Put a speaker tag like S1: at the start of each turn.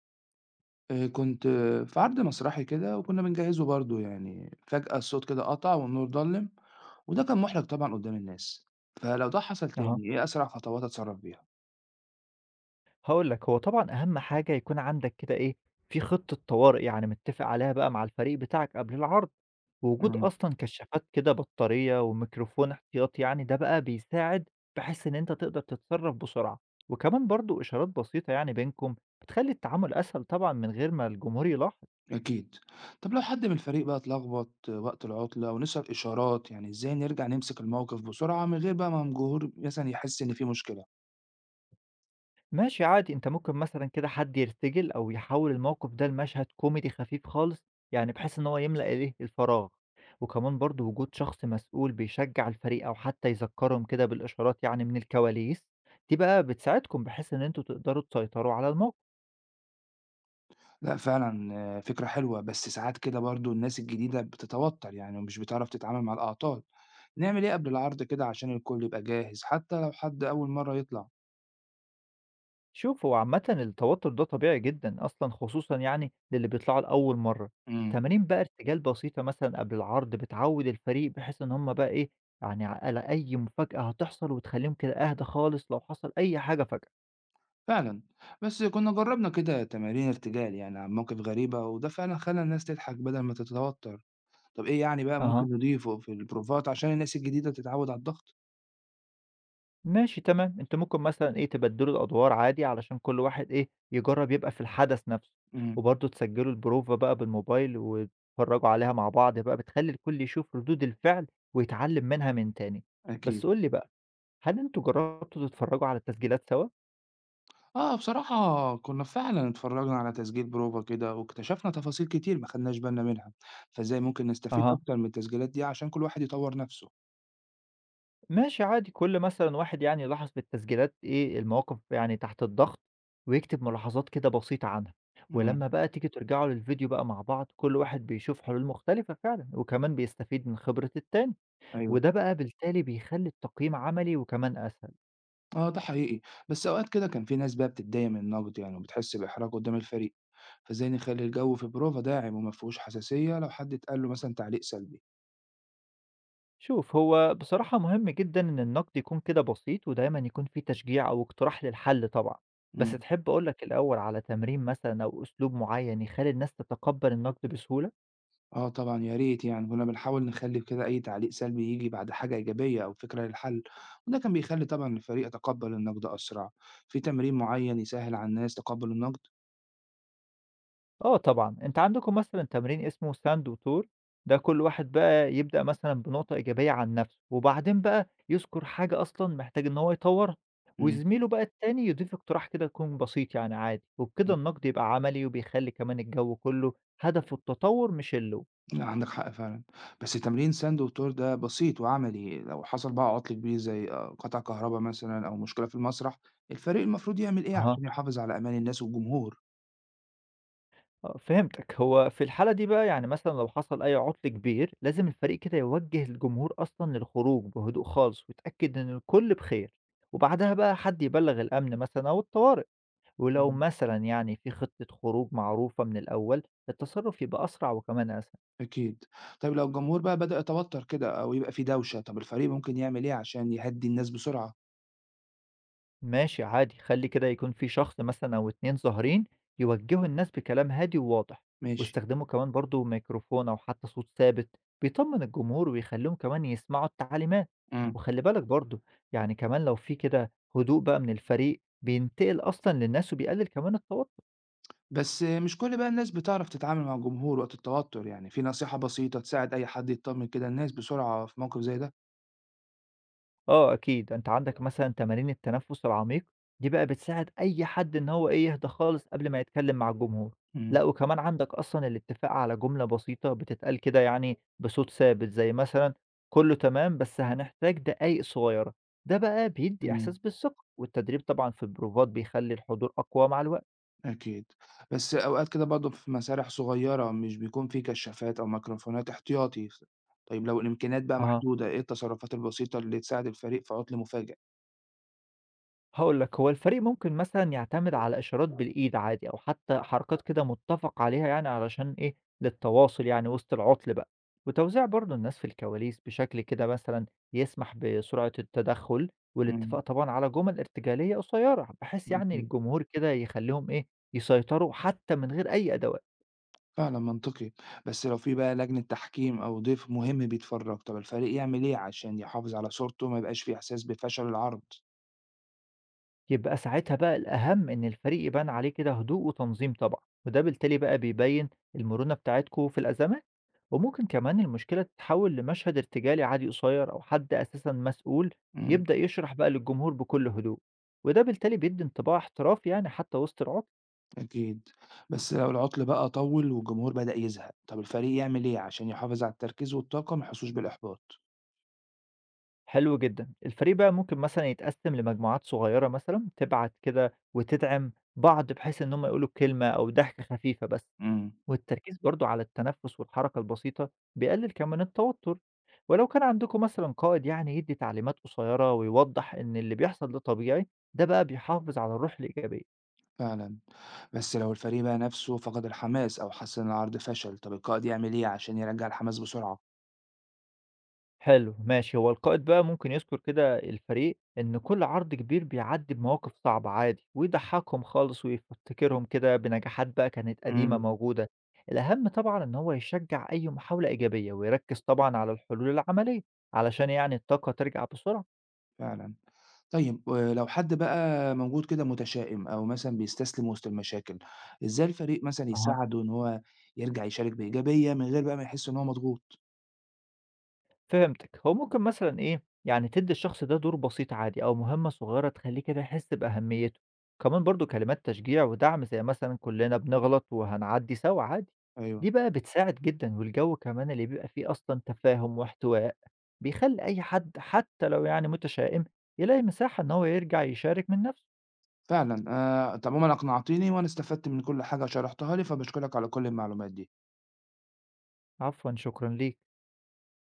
S1: كنت في عرض مسرحي كده وكُنّا بنجهّزه برضه يعني، فجأة الصوت كده قطع والنور ضلِّم، وده كان مُحرِج طبعًا قُدّام الناس، فلو ده حصل
S2: أها،
S1: تاني إيه أسرع خطوات أتصرّف بيها؟
S2: هاقول لك، هو طبعًا أهم حاجة يكون عندك كده إيه، في خطة طوارئ يعني متّفق عليها بقى مع الفريق بتاعك قبل العرض، ووجود
S1: إمم،
S2: أصلًا كشّافات كده بطارية وميكروفون احتياطي يعني ده بقى بيساعد بحيث إن أنت تقدر تتصرّف بسرعة، وكمان برضه إشارات بسيطة يعني بينكم بتخلّي التعامل أسهل طبعًا من غير ما الجمهور يلاحظ.
S1: أكيد. طَب لو حد من الفريق بقى اتلخبط وقت العُطلة ونسي الإشارات، يعني إزاي نرجع نمسك الموقف بسرعة من غير بقى ما الجمهور مثلًا يحس إن في مشكلة؟
S2: ماشي عادي، أنت ممكن مثلًا كده حد يرتجل أو يحوّل الموقف ده لمشهد كوميدي خفيف خالص، يعني بحيث إن هو يملأ إيه، الفراغ. وكمان برضه وجود شخص مسؤول بيشجّع الفريق أو حتى يذكّرهم كده بالإشارات يعني من الكواليس، دي بقى بتساعدكم بحيث إن أنتم تقدروا تسيطروا على الموقف.
S1: لأ فعلًا فكرة حلوة، بس ساعات كده برضه الناس الجديدة بتتوتّر يعني ومش بتعرف تتعامل مع الأعطال. نعمل إيه قبل العرض كده عشان الكل يبقى جاهز حتى لو حد أول مرة يطلع؟
S2: شوف هو عامة التوتر ده طبيعي جدا أصلا خصوصا يعني للي بيطلعوا لأول مرة.
S1: امم،
S2: تمارين بقى ارتجال بسيطة مثلا قبل العرض بتعود الفريق بحيث إن هما بقى إيه يعني على أي مفاجأة هتحصل وتخليهم كده أهدى خالص لو حصل أي حاجة فجأة.
S1: فعلا. بس كنا جربنا كده تمارين ارتجال يعني عن مواقف غريبة وده فعلا خلى الناس تضحك بدل ما تتوتر. طب إيه يعني بقى
S2: أها،
S1: ممكن نضيفه في البروفات عشان الناس الجديدة تتعود على الضغط؟
S2: ماشي تمام، أنت ممكن مثلا إيه تبدلوا الأدوار عادي علشان كل واحد إيه يجرب يبقى في الحدث نفسه،
S1: امم،
S2: وبرضه تسجلوا البروفة بقى بالموبايل وتتفرجوا عليها مع بعض بقى بتخلي الكل يشوف ردود الفعل ويتعلم منها من تاني. بس
S1: أكيد.
S2: قول لي بقى، هل أنتم جرّبتوا تتفرّجوا على التسجيلات سوا؟
S1: بصراحة كنا فعلا اتفرجنا على تسجيل بروفا كده واكتشفنا تفاصيل كتير ما خدناش بالنا منها، فإزاي ممكن نستفيد
S2: أها.
S1: أكتر من التسجيلات دي عشان كل واحد يطور نفسه؟
S2: ماشي عادي، كل مثلًا واحد يعني يلاحظ في التسجيلات إيه المواقف يعني تحت الضغط، ويكتب ملاحظات كده بسيطة عنها،
S1: امم،
S2: ولمّا بقى تيجي ترجعوا للفيديو بقى مع بعض، كل واحد بيشوف حلول مختلفة فعلًا، وكمان بيستفيد من خبرة التاني،
S1: أيوه.
S2: وده بقى بالتالي بيخلّي التقييم عملي وكمان أسهل.
S1: آه، ده حقيقي، بس أوقات كده كان في ناس بقى بتتضايق من النقد يعني وبتحس بإحراج قدام الفريق، فإزاي نخلي الجو في بروفا داعم وما فيهوش حساسية لو حد اتقال له مثلا تعليق سلبي؟
S2: شوف هو بصراحة مهم جدا إن النقد يكون كده بسيط ودايما يكون فيه تشجيع أو اقتراح للحل طبعا. بس
S1: امم،
S2: تحب أقولك الأول على تمرين مثلا أو أسلوب معين يخلي الناس تتقبل النقد بسهولة؟
S1: آه طبعا، يا ريت يعني كنا بنحاول نخلي كده أي تعليق سلبي يجي بعد حاجة إيجابية أو فكرة للحل، وده كان بيخلي طبعا الفريق يتقبل النقد أسرع، في تمرين معين يسهل على الناس تقبل النقد؟
S2: آه طبعا، أنت عندكم مثلا تمرين اسمه ساند وتور، ده كل واحد بقى يبدأ مثلا بنقطة إيجابية عن نفسه وبعدين بقى يذكر حاجة أصلا محتاج إن هو يطورها،
S1: امم،
S2: وزميله بقى التاني يضيف اقتراح كده يكون بسيط يعني عادي، وبكده
S1: إمم.
S2: النقد يبقى عملي وبيخلي كمان الجو كله هدفه التطور مش اللوم.
S1: لأ، عندك حق فعلًا، بس تمرين ساند وتور ده بسيط وعملي، لو حصل بقى عطل كبير زي قطع كهربا مثلًا أو مشكلة في المسرح، الفريق المفروض يعمل إيه
S2: أها.
S1: عشان يحافظ على أمان الناس والجمهور؟
S2: آه، فهمتك. هو في الحالة دي بقى يعني مثلًا لو حصل أي عُطْل كبير، لازم الفريق كده يوجّه الجمهور أصلًا للخروج بهدوء خالص ويتأكد إن الكل بخير، وبعدها بقى حد يبلّغ الأمن مثلًا أو الطوارئ، ولو
S1: إمم.
S2: مثلًا يعني في خطة خروج معروفة من الأول، التصرُّف يبقى أسرع وكمان أسهل.
S1: أكيد. طيب لو الجمهور بقى بدأ يتوتر كده أو يبقى في دوشة، طب الفريق ممكن يعمل إيه عشان يهدّي الناس بسرعة؟
S2: ماشي عادي، خلي كده يكون في شخص مثلا أو اتنين ظاهرين يوجهوا الناس بكلام هادي وواضح،
S1: ماشي.
S2: واستخدموا كمان برضو ميكروفون أو حتى صوت ثابت بيطمن الجمهور ويخليهم كمان يسمعوا التعليمات.
S1: إمم.
S2: وخلي بالك برضو يعني كمان لو في كده هدوء بقى من الفريق بينتقل أصلا للناس وبيقلل كمان التوتر.
S1: بس مش كل بقى الناس بتعرف تتعامل مع الجمهور وقت التوتر، يعني في نصيحة بسيطة تساعد أي حد يطمن كده الناس بسرعة في موقف زي ده؟
S2: آه أكيد، أنت عندك مثلًا تمارين التنفس العميق، دي بقى بتساعد أي حد إن هو إيه، يهدى خالص قبل ما يتكلم مع الجمهور.
S1: إمم.
S2: لأ وكمان عندك أصلًا الاتفاق على جملة بسيطة بتتقال كده يعني بصوت ثابت، زي مثلًا كله تمام بس هنحتاج دقايق صغيرة، ده بقى بيدي
S1: إمم.
S2: إحساس بالثقة، والتدريب طبعًا في البروفات بيخلي الحضور أقوى مع الوقت.
S1: أكيد. بس أوقات كده برضه في مسارح صغيرة مش بيكون في كشافات أو ميكروفونات احتياطي، طيب لو الإمكانيات بقى
S2: أها.
S1: محدودة، إيه التصرفات البسيطة اللي تساعد الفريق في عُطْل مفاجئ؟
S2: هاقول لك، هو الفريق ممكن مثلًا يعتمد على إشارات بالإيد عادي أو حتى حركات كده مُتّفق عليها يعني علشان إيه، للتواصل يعني وسط العُطل بقى، وتوزيع برضه الناس في الكواليس بشكل كده مثلًا يسمح بسرعة التدخُّل، والاتفاق
S1: إمم،
S2: طبعًا على جُمل ارتجالية قصيّرة، بحيث يعني
S1: أكيد.
S2: الجمهور كده يخلّيهم إيه، يسيطروا حتى من غير أي أدوات.
S1: فعلًا منطقي، بس لو في بقى لجنة تحكيم أو ضيف مهم بيتفرّج، طب الفريق يعمل إيه عشان يحافظ على صورته وما يبقاش في إحساس بفشل العرض؟
S2: يبقى ساعتها بقى الأهم إن الفريق يبان عليه كده هدوء وتنظيم طبعًا، وده بالتالي بقى بيبين المرونة بتاعتكم في الأزمات، وممكن كمان المشكلة تتحول لمشهد ارتجالي عادي قصير أو حد أساسًا مسؤول
S1: إمم،
S2: يبدأ يشرح بقى للجمهور بكل هدوء، وده بالتالي بيدي انطباع احترافي يعني حتى وسط العطل.
S1: أكيد. بس لو العُطْل بقى طوِّل والجمهور بدأ يزهق، طب الفريق يعمل إيه عشان يحافظ على التركيز والطاقة وما يحسّوش بالإحباط؟
S2: حلو جدًا، الفريق بقى ممكن مثلًا يتقسم لمجموعات صغيرة مثلًا تبعت كده وتدعم بعض بحيث إن هم يقولوا كلمة أو ضحكة خفيفة بس.
S1: إمم.
S2: والتركيز برضو على التنفس والحركة البسيطة بيقلل كمان التوتر، ولو كان عندكم مثلا قائد يعني يدي تعليمات قصيرة ويوضح إن اللي بيحصل ده طبيعي، ده بقى بيحافظ على الروح الإيجابية.
S1: فعلًا. بس لو الفريق بقى نَفْسه فقد الحماس أو حس إن العرض فشل، طَب القائد يعمل إيه عشان يرجّع الحماس بسرعة؟
S2: حلو ماشي، هو القائد بقى ممكن يذكر كده الفريق إن كل عرض كبير بيعدي بمواقف صعبة عادي، ويضحكهم خالص ويفتكرهم كده بنجاحات بقى كانت قديمة
S1: إمم،
S2: موجودة. الأهم طبعا إن هو يشجع أي محاولة إيجابية ويركز طبعا على الحلول العملية علشان يعني الطاقة ترجع بسرعة.
S1: فعلًا. طيب ولو حد بقى موجود كده متشائم أو مثلًا بيستسلم وسط المشاكل، إزاي الفريق مثلًا
S2: أها،
S1: يساعده إن هو يرجع يشارك بإيجابية من غير بقى ما يحس إن هو مضغوط؟
S2: فهمتِك، هو ممكن مثلًا إيه، يعني تدّي الشخص ده دور بسيط عادي أو مهمة صغيرة تخلّيه كده يحس بأهميته، كمان برضه كلمات تشجيع ودعم زي مثلًا كلنا بنغلط وهنعدّي سوا عادي،
S1: أيوه،
S2: دي بقى بتساعد جدًا، والجو كمان اللي بيبقى فيه أصلًا تفاهم واحتواء، بيخلّي أي حد حتى لو يعني متشائم، يلاقي مساحة إن هو يرجع يشارك من نفسه.
S1: فعلًا. أنت عمومًا أقنعتني وأنا استفدت من كل حاجة شرحتها لي، فباشكرك على كل المعلومات دي.
S2: عفوًا، شكرًا ليك.